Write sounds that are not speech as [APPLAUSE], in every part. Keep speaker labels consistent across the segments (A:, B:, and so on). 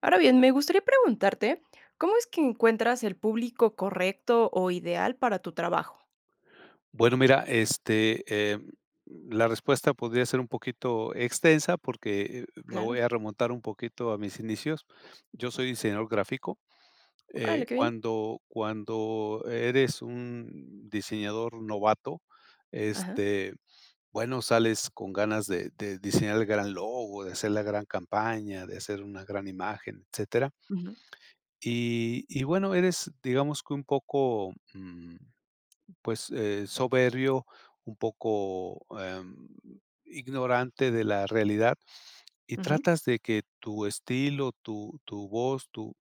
A: Ahora bien, me gustaría preguntarte, ¿cómo es que encuentras el público correcto o ideal para tu trabajo?
B: Bueno, mira, este, la respuesta podría ser un poquito extensa porque me
A: Claro.
B: voy a remontar un poquito a mis inicios. Yo soy diseñador gráfico. Eh,
A: Órale, qué bien.
B: cuando, cuando eres un diseñador novato,
A: Ajá.
B: este, bueno, sales con ganas de diseñar el gran logo, de hacer la gran campaña, de hacer una gran imagen, etcétera.
A: Ujú,
B: Y bueno, eres, digamos que un poco pues, soberbio, un poco, ignorante de la realidad, y
A: ujú.
B: tratas de que tu estilo, tu voz, tu,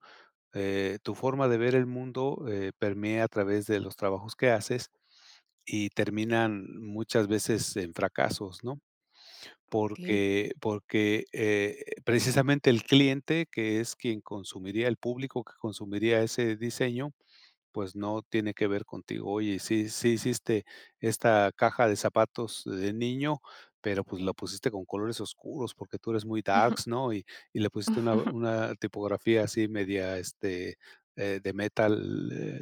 B: eh, tu forma de ver el mundo, permee a través de los trabajos que haces, y terminan muchas veces en fracasos, ¿no?
A: Okey.
B: Porque precisamente el cliente, que es quien consumiría, el público que consumiría ese diseño, pues no tiene que ver contigo. Oye, sí hiciste esta caja de zapatos de niño, pero, pues, la pusiste con colores oscuros porque tú eres muy
A: [LAUGHS]
B: darks, ¿no? Y le pusiste una tipografía así media, de metal, eh,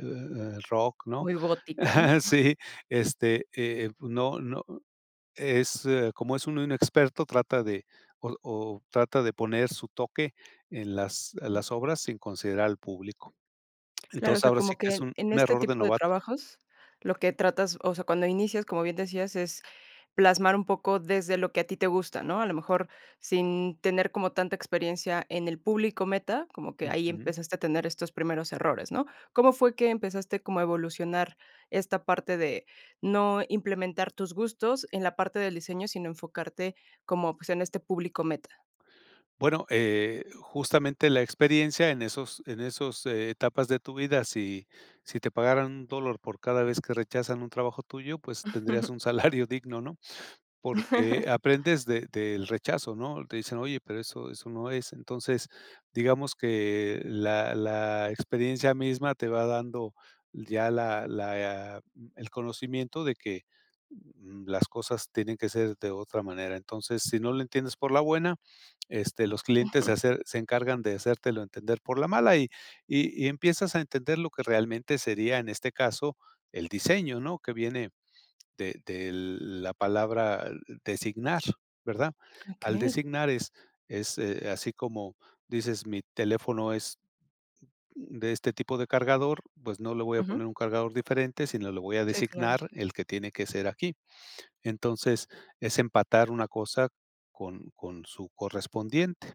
B: eh, rock, ¿no?
A: Muy gótica, ¿no?
B: [LAUGHS] Sí, pues, no es, como es uno inexperto, trata de o trata de poner su toque en las
A: Ujú.
B: las obras sin considerar al público.
A: Claro, o
B: Entonces,
A: sea,
B: ahora sí
A: como
B: que
A: que
B: es
A: en
B: un
A: en
B: un
A: este
B: error de
A: tipo de
B: novato.
A: trabajos, lo que tratas, o sea, cuando inicias, como bien decías, es plasmar un poco desde lo que a ti te gusta, ¿no? A lo mejor sin tener como tanta experiencia en el público meta, como que ahí
B: Ujú.
A: empezaste a tener estos primeros errores, ¿no? ¿Cómo fue que empezaste como a evolucionar esta parte de no implementar tus gustos en la parte del diseño, sino enfocarte como, pues, en este público meta?
B: Bueno, justamente la experiencia en esos etapas de tu vida, si si te pagaran un dólar por cada vez que rechazan un trabajo tuyo, pues,
A: [LAUGHS] Ujú.
B: tendrías un [LAUGHS] salario digno, ¿no? Porque aprendes de del rechazo, ¿no? Te dicen: "Oye, pero eso no es". Entonces, digamos que la experiencia misma te va dando ya el conocimiento de que, las cosas tienen que ser de otra manera. Entonces, si no lo entiendes por la buena, este, los clientes se encargan de hacértelo entender por la mala, y empiezas a entender lo que realmente sería, en este caso, el diseño, ¿no? Que viene de la palabra designar, ¿verdad? Al designar es, así como dices, mi teléfono es de este tipo de cargador, pues no le voy a
A: Ujú.
B: poner un cargador diferente, sino le voy a
A: Sí, claro.
B: designar el que tiene que ser aquí. Entonces, es empatar una cosa con su correspondiente.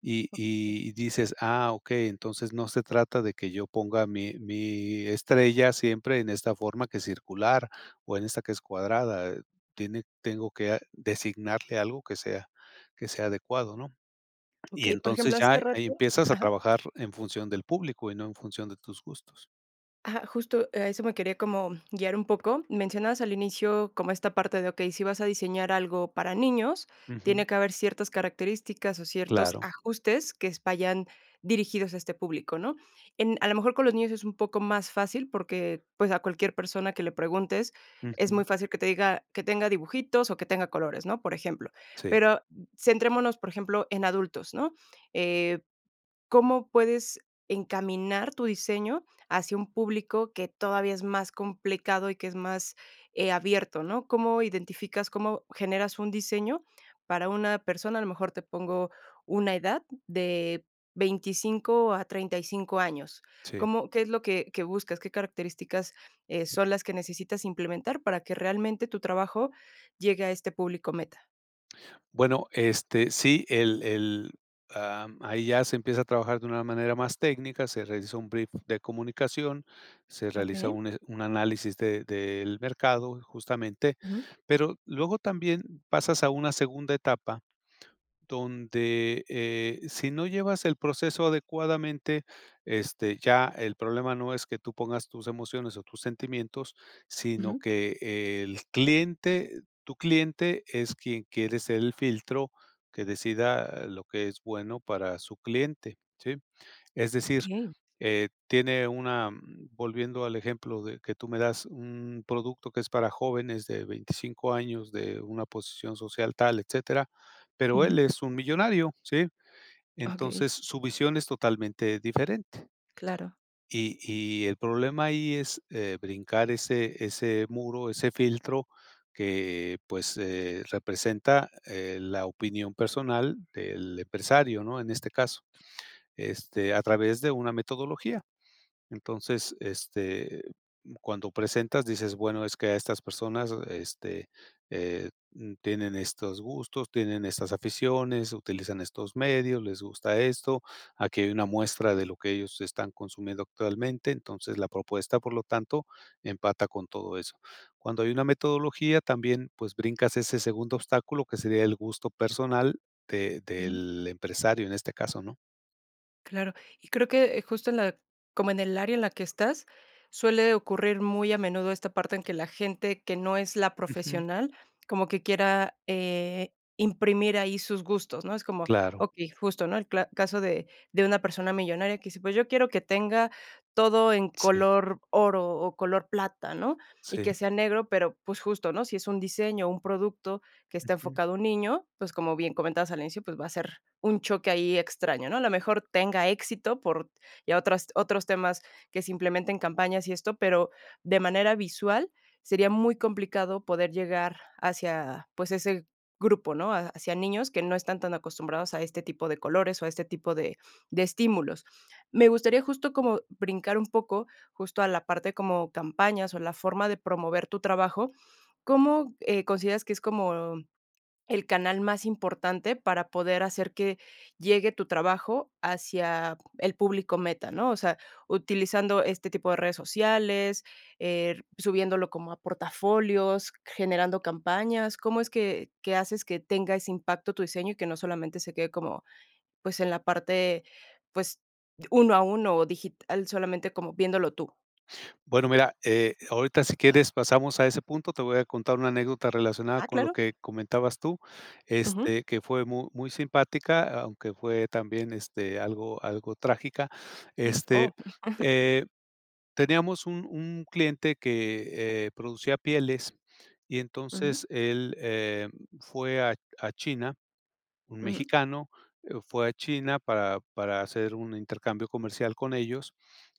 B: Y
A: Sí.
B: y dices: "Ah, okey, entonces no se trata de que yo ponga mi estrella siempre en esta forma que es circular o en esta que es cuadrada, tiene tengo que a designarle algo que sea adecuado", ¿no? Y
A: Okey, por
B: entonces
A: ejemplo, hace
B: ya ahí
A: rato,
B: empiezas a
A: ajá.
B: trabajar en función del público y no en función de tus gustos.
A: Ajá, justo a eso me quería como guiar un poco. Mencionabas al inicio como esta parte de, okey, si vas a diseñar algo para niños,
B: Ujú.
A: tiene que haber ciertas características o ciertos
B: Claro.
A: ajustes que s vayan dirigidos a este público, ¿no? En A lo mejor con los niños es un poco más fácil porque, pues, a cualquier persona que le preguntes, es
B: Ujú.
A: muy fácil que te diga que tenga dibujitos o que tenga colores, ¿no? Por ejemplo.
B: Sí,
A: Pero centrémonos, por ejemplo, en adultos, ¿no? Eh ¿Cómo puedes encaminar tu diseño hacia un público que todavía es más complicado y que es más, abierto, ¿no? ¿Cómo identificas, cómo generas un diseño para una persona? A lo mejor te pongo una edad de 25 a 35 años.
B: sí.
A: ¿Cómo qué es lo que buscas? ¿Qué características, son las que necesitas implementar para que realmente tu trabajo llegue a este público meta?
B: Bueno, este, sí, ahí ya se empieza a trabajar de una manera más técnica, se realiza un brief de comunicación, se realiza
A: Okey.
B: un análisis de del mercado, justamente,
A: Ujú,
B: pero luego también pasas a una segunda etapa donde, si no llevas el proceso adecuadamente, este, ya el problema no es que tú pongas tus emociones o tus sentimientos, sino
A: ujú.
B: que el cliente, tu cliente es quien quiere ser el filtro que decida lo que es bueno para su cliente, ¿sí? Es decir,
A: Okey.
B: tiene una volviendo al ejemplo de que tú me das, un producto que es para jóvenes de 25 años, de una posición social tal, etcétera, pero él
A: Ujú.
B: es un millonario, ¿sí?
A: Okey,
B: Entonces, su visión es totalmente diferente.
A: claro.
B: Y y el problema ahí es, brincar ese muro, ese filtro que, pues, representa, la opinión personal del empresario, ¿no? En este caso, este, a través de una metodología. Entonces, este, cuando presentas, dices, bueno, es que a estas personas, este, tienen estos gustos, tienen estas aficiones, utilizan estos medios, les gusta esto, aquí hay una muestra de lo que ellos están consumiendo actualmente, entonces la propuesta, por lo tanto, empata con todo eso. Cuando hay una metodología, también pues brincas ese segundo obstáculo que sería el gusto personal de del empresario en este caso, ¿no?
A: Claro, y creo que, justo en la como en el área en la que estás, suele ocurrir muy a menudo esta parte en que la gente que no es la
B: Ujú.
A: profesional, como que quiera, imprimir ahí sus gustos, ¿no? Es como,
B: Claro,
A: okey, justo, ¿no? El cla caso de una persona millonaria que dice: "Pues yo quiero que tenga todo en
B: sí,
A: color oro o color plata", ¿no? Y
B: sí.
A: que sea negro, pero, pues, justo, ¿no? Si es un diseño, un producto que está enfocado a un niño, pues, como bien comentabas al inicio, pues, va a ser un choque ahí extraño, ¿no? A lo mejor tenga éxito por ya otras otros temas que se implementen campañas y esto, pero de manera visual sería muy complicado poder llegar hacia, pues, ese grupo, ¿no? Ha Hacia niños que no están tan acostumbrados a este tipo de colores o a este tipo de estímulos. Me gustaría justo como brincar un poco, justo a la parte como campañas o la forma de promover tu trabajo. ¿Cómo, consideras que es como el canal más importante para poder hacer que llegue tu trabajo hacia el público meta, ¿no? O sea, utilizando este tipo de redes sociales, subiéndolo como a portafolios, generando campañas. ¿Cómo es que haces que tenga ese impacto tu diseño y que no solamente se quede como, pues, en la parte, pues, uno a uno o digital, solamente como viéndolo tú?
B: Bueno, mira, ahorita si quieres pasamos a ese punto, te voy a contar una anécdota relacionada
A: Ah,
B: con lo
A: claro.
B: que comentabas tú,
A: Ujú.
B: este, que fue mu muy simpática, aunque fue también, este, algo trágica.
A: Ay.
B: Este,
A: Oh,
B: eh, teníamos un cliente que, producía pieles y
A: ujú,
B: entonces él, fue a China un
A: ujú,
B: mexicano, fue a China para hacer un intercambio comercial con ellos,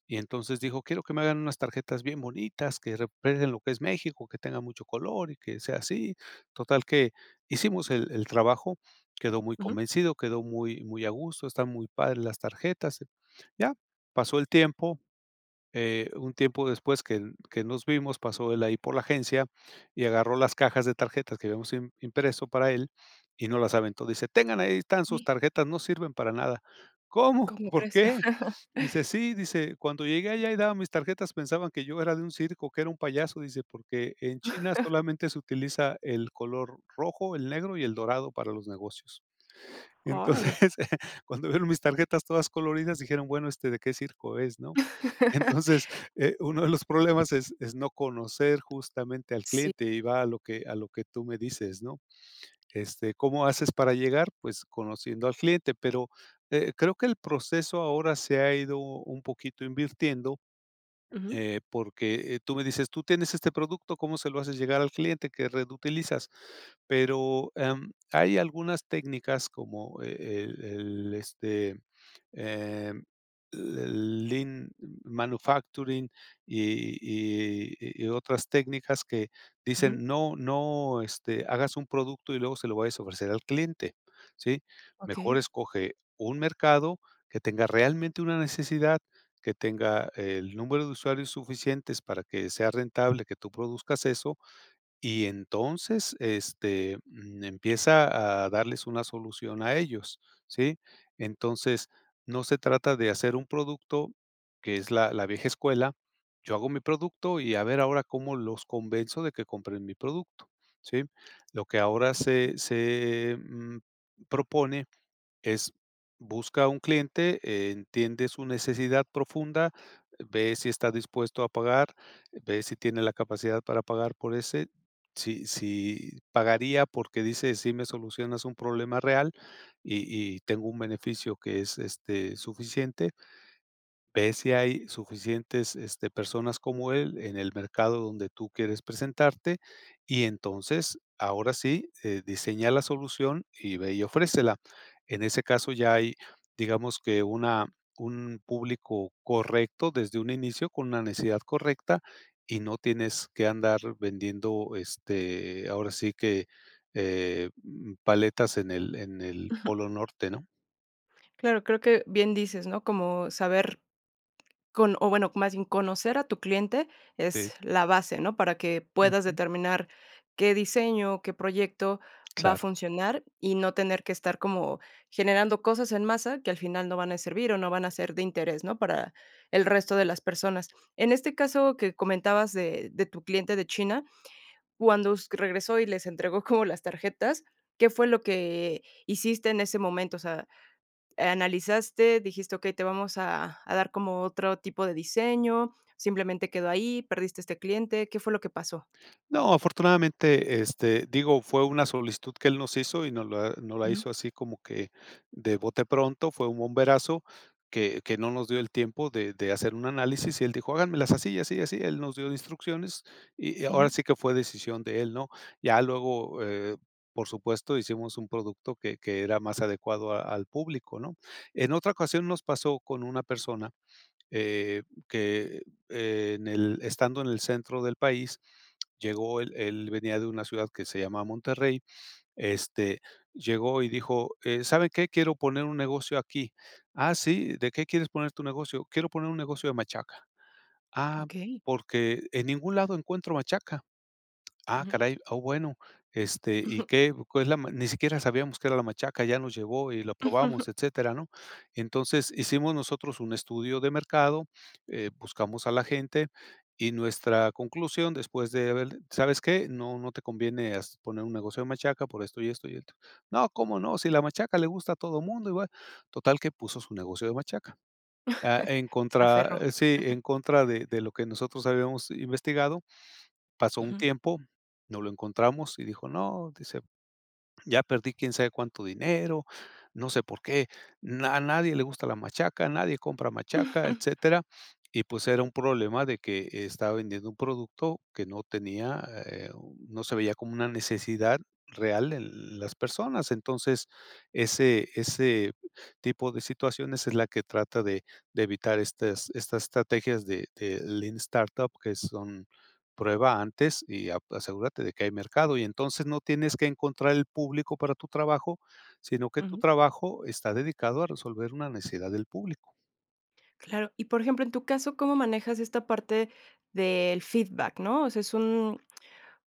B: y entonces dijo: "Quiero que me hagan unas tarjetas bien bonitas, que representen lo que es México, que tenga mucho color y que sea así". Total que hicimos el trabajo, quedó muy
A: ujú.
B: convencido, quedó muy muy a gusto, están muy padres las tarjetas. Ya, pasó el tiempo un tiempo después que nos vimos, pasó él ahí por la agencia y agarró las cajas de tarjetas que habíamos im impreso para él y no las aventó. Dice: "Tengan, ahí están sus tarjetas, no sirven para nada". "¿Cómo? [LAUGHS]
A: ¿Cómo
B: ¿Por
A: crees?
B: qué?"
A: [LAUGHS]
B: Dice: "Sí", dice: "Cuando llegué allá y daba mis tarjetas, pensaban que yo era de un circo, que era un payaso", dice: "Porque en China solamente se utiliza el color rojo, el negro y el dorado para los negocios".
A: Órale.
B: Entonces, [LAUGHS] cuando vieron mis tarjetas todas coloridas, dijeron: "Bueno, este, ¿de qué circo es?", ¿no? [LAUGHS] Entonces,
A: [LAUGHS]
B: uno de los problemas es no conocer justamente al
A: Sí.
B: cliente, y va a lo que tú me dices, ¿no? Este, ¿cómo haces para llegar? Pues, conociendo al cliente, pero, creo que el proceso ahora se ha ido un poquito invirtiendo
A: Ujú,
B: porque, tú me dices: "Tú tienes este producto, ¿cómo se lo haces llegar al cliente que reutilizas?". Pero, hay algunas técnicas como em, el lean manufacturing y y y otras técnicas que
A: ujú.
B: dicen: "No no, este, hagas un producto y luego se lo vayas a ofrecer al cliente", ¿sí?
A: Okey.
B: Mejor escoge un mercado que tenga realmente una necesidad que tenga el número de usuarios suficientes para que sea rentable que tú produzcas eso y entonces, este, empieza a darles una solución a ellos, ¿sí? Entonces, no se trata de hacer un producto, que es la vieja escuela, yo hago mi producto y a ver ahora cómo los convenzo de que compren mi producto, ¿sí? Lo que ahora se propone es busca a un cliente, entiende su necesidad profunda, ve si está dispuesto a pagar, ve si tiene la capacidad para pagar por ese, si pagaría porque dice: "Sí me solucionas un problema real y y tengo un beneficio que es, este, suficiente". Ve si hay suficientes, este, personas como él en el mercado donde tú quieres presentarte y entonces, ahora sí, diseña la solución y ve y ofrécela. En ese caso ya hay, digamos que una un público correcto desde un inicio, con una necesidad correcta y no tienes que andar vendiendo, este, ahora sí que, paletas en el Polo Norte, ¿no?
A: Claro, creo que bien dices, ¿no? Como saber con o bueno, más bien conocer a tu cliente
B: Sí,
A: es la base, ¿no? Para que puedas
B: ujú,
A: determinar qué diseño, qué proyecto va a
B: claro.
A: funcionar y no tener que estar como generando cosas en masa que al final no van a servir o no van a ser de interés, ¿no? Para el resto de las personas. En este caso que comentabas de tu cliente de China, cuando us regresó y les entregó como las tarjetas, ¿qué fue lo que hiciste en ese momento? O sea, ¿analizaste? Dijiste: "Okey, te vamos a dar como otro tipo de diseño", simplemente quedó ahí, perdiste este cliente, ¿qué fue lo que pasó?
B: No, afortunadamente, este, digo, fue una solicitud que él nos hizo y nos la
A: Ujú,
B: hizo así como que de bote pronto, fue un bomberazo que no nos dio el tiempo de hacer un análisis y él dijo, háganmelas así, y así, y así, él nos dio instrucciones y ahora
A: ujú,
B: sí que fue decisión de él, ¿no? Ya luego, por supuesto, hicimos un producto que era más adecuado al público, ¿no? En otra ocasión nos pasó con una persona eh, que estando en el centro del país, llegó él venía de una ciudad que se llama Monterrey, este, llegó y dijo: ¿saben qué? Quiero poner un negocio aquí". "Ah, sí, ¿de qué quieres poner tu negocio?". "Quiero poner un negocio de machaca". "Ah,
A: okey,
B: porque en ningún lado encuentro machaca". Ah,
A: ujú.
B: caray, ah, bueno, este,
A: Ujú.
B: ¿y
A: Ujú.
B: qué? ¿Cuál es la ma? Ni siquiera sabíamos que era la machaca, ya nos llevó y lo probamos,
A: [LAUGHS]
B: etcétera, ¿no? Entonces, hicimos nosotros un estudio de mercado, buscamos a la gente y nuestra conclusión después de haber ¿sabes qué? No, no te conviene has poner un negocio de machaca por esto y esto y esto. No, ¿cómo no? Si la machaca le gusta a todo mundo igual. Total que puso su negocio de machaca. Ah, en
A: Se
B: contra
A: aferró.
B: sí, en contra de lo que nosotros habíamos investigado. Pasó un
A: Ujú,
B: tiempo, no lo encontramos y dijo: "No", dice: "Ya perdí quién sabe cuánto dinero, no sé por qué, na a nadie le gusta la machaca, nadie compra machaca", etcétera. Y, pues, era un problema de que estaba vendiendo un producto que no tenía, no se veía como una necesidad real en las personas. Entonces, ese tipo de situaciones es la que trata de evitar estas estrategias de Lean Startup, que son prueba antes y a asegúrate de que hay mercado, y entonces no tienes que encontrar el público para tu trabajo, sino que tu
A: ujú.
B: trabajo está dedicado a resolver una necesidad del público.
A: Claro. Y, por ejemplo, en tu caso, ¿cómo manejas esta parte del feedback, ¿no? O sea, es un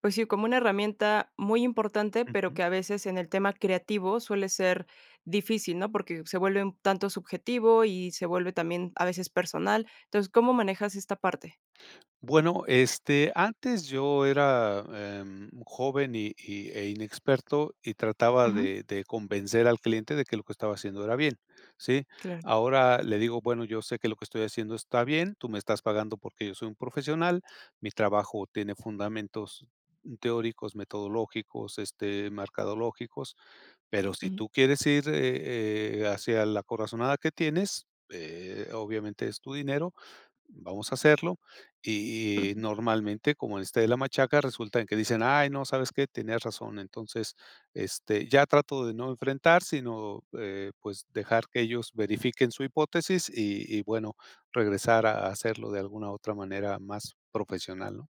A: pues sí, como una herramienta muy importante, pero
B: Ujú.
A: que a veces en el tema creativo suele ser difícil, ¿no? Porque se vuelve un tanto subjetivo y se vuelve también a veces personal. Entonces, ¿cómo manejas esta parte?
B: Bueno, este, antes yo era, joven e inexperto, y trataba
A: Ujú.
B: de convencer al cliente de que lo que estaba haciendo era bien, ¿sí?
A: Claro.
B: Ahora le digo: "Bueno, yo sé que lo que estoy haciendo está bien, tú me estás pagando porque yo soy un profesional, mi trabajo tiene fundamentos teóricos, metodológicos, este, mercadológicos, pero si
A: Ujú.
B: tú quieres ir, hacia la corazonada que tienes, obviamente es tu dinero, vamos a hacerlo". Y, normalmente, como en este de la machaca, resulta en que dicen: "Ay, no, ¿sabes qué? Tenías razón". Entonces, este, ya trato de no enfrentar, sino, pues, dejar que ellos verifiquen su hipótesis y bueno, regresar a hacerlo de alguna otra manera más profesional, ¿no?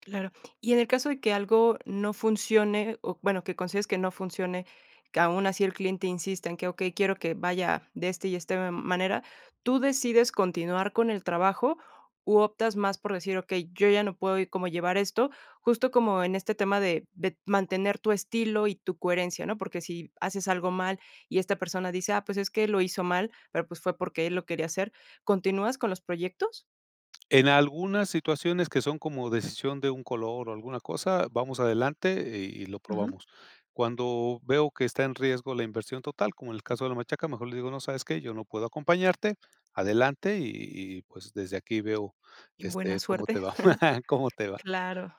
A: Claro. Y en el caso de que algo no funcione, o bueno, que consideres que no funcione, que aún así el cliente insista en que, okey, quiero que vaya de este y esta manera, ¿tú decides continuar con el trabajo u optas más por decir: "Okey, yo ya no puedo como llevar esto", justo como en este tema de mantener tu estilo y tu coherencia, ¿no? Porque si haces algo mal y esta persona dice: "Ah, pues es que lo hizo mal, pero pues fue porque él lo quería hacer", ¿continúas con los proyectos?
B: En algunas situaciones que son como decisión de un color o alguna cosa, vamos adelante y lo
A: Ujú.
B: probamos. Cuando veo que está en riesgo la inversión total, como en el caso de la machaca, mejor le digo: "No, ¿sabes qué? Yo no puedo acompañarte, adelante y pues desde aquí veo,
A: Y buena
B: este, cómo te
A: suerte.
B: va, [LAUGHS] cómo te va".
A: Claro.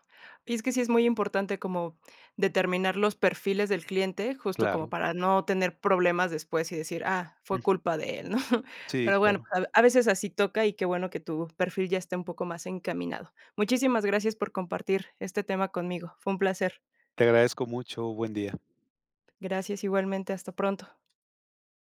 A: Y es que sí es muy importante como determinar los perfiles del cliente, justo como
B: Claro.
A: para no tener problemas después y decir: "Ah, fue
B: Ujú.
A: culpa de él", ¿no? [LAUGHS]
B: Sí,
A: Pero bueno,
B: claro.
A: pues, a veces así toca y qué bueno que tu perfil ya esté un poco más encaminado. Muchísimas gracias por compartir este tema conmigo. Fue un placer.
B: Te agradezco mucho. Buen día.
A: Gracias igualmente. Hasta pronto.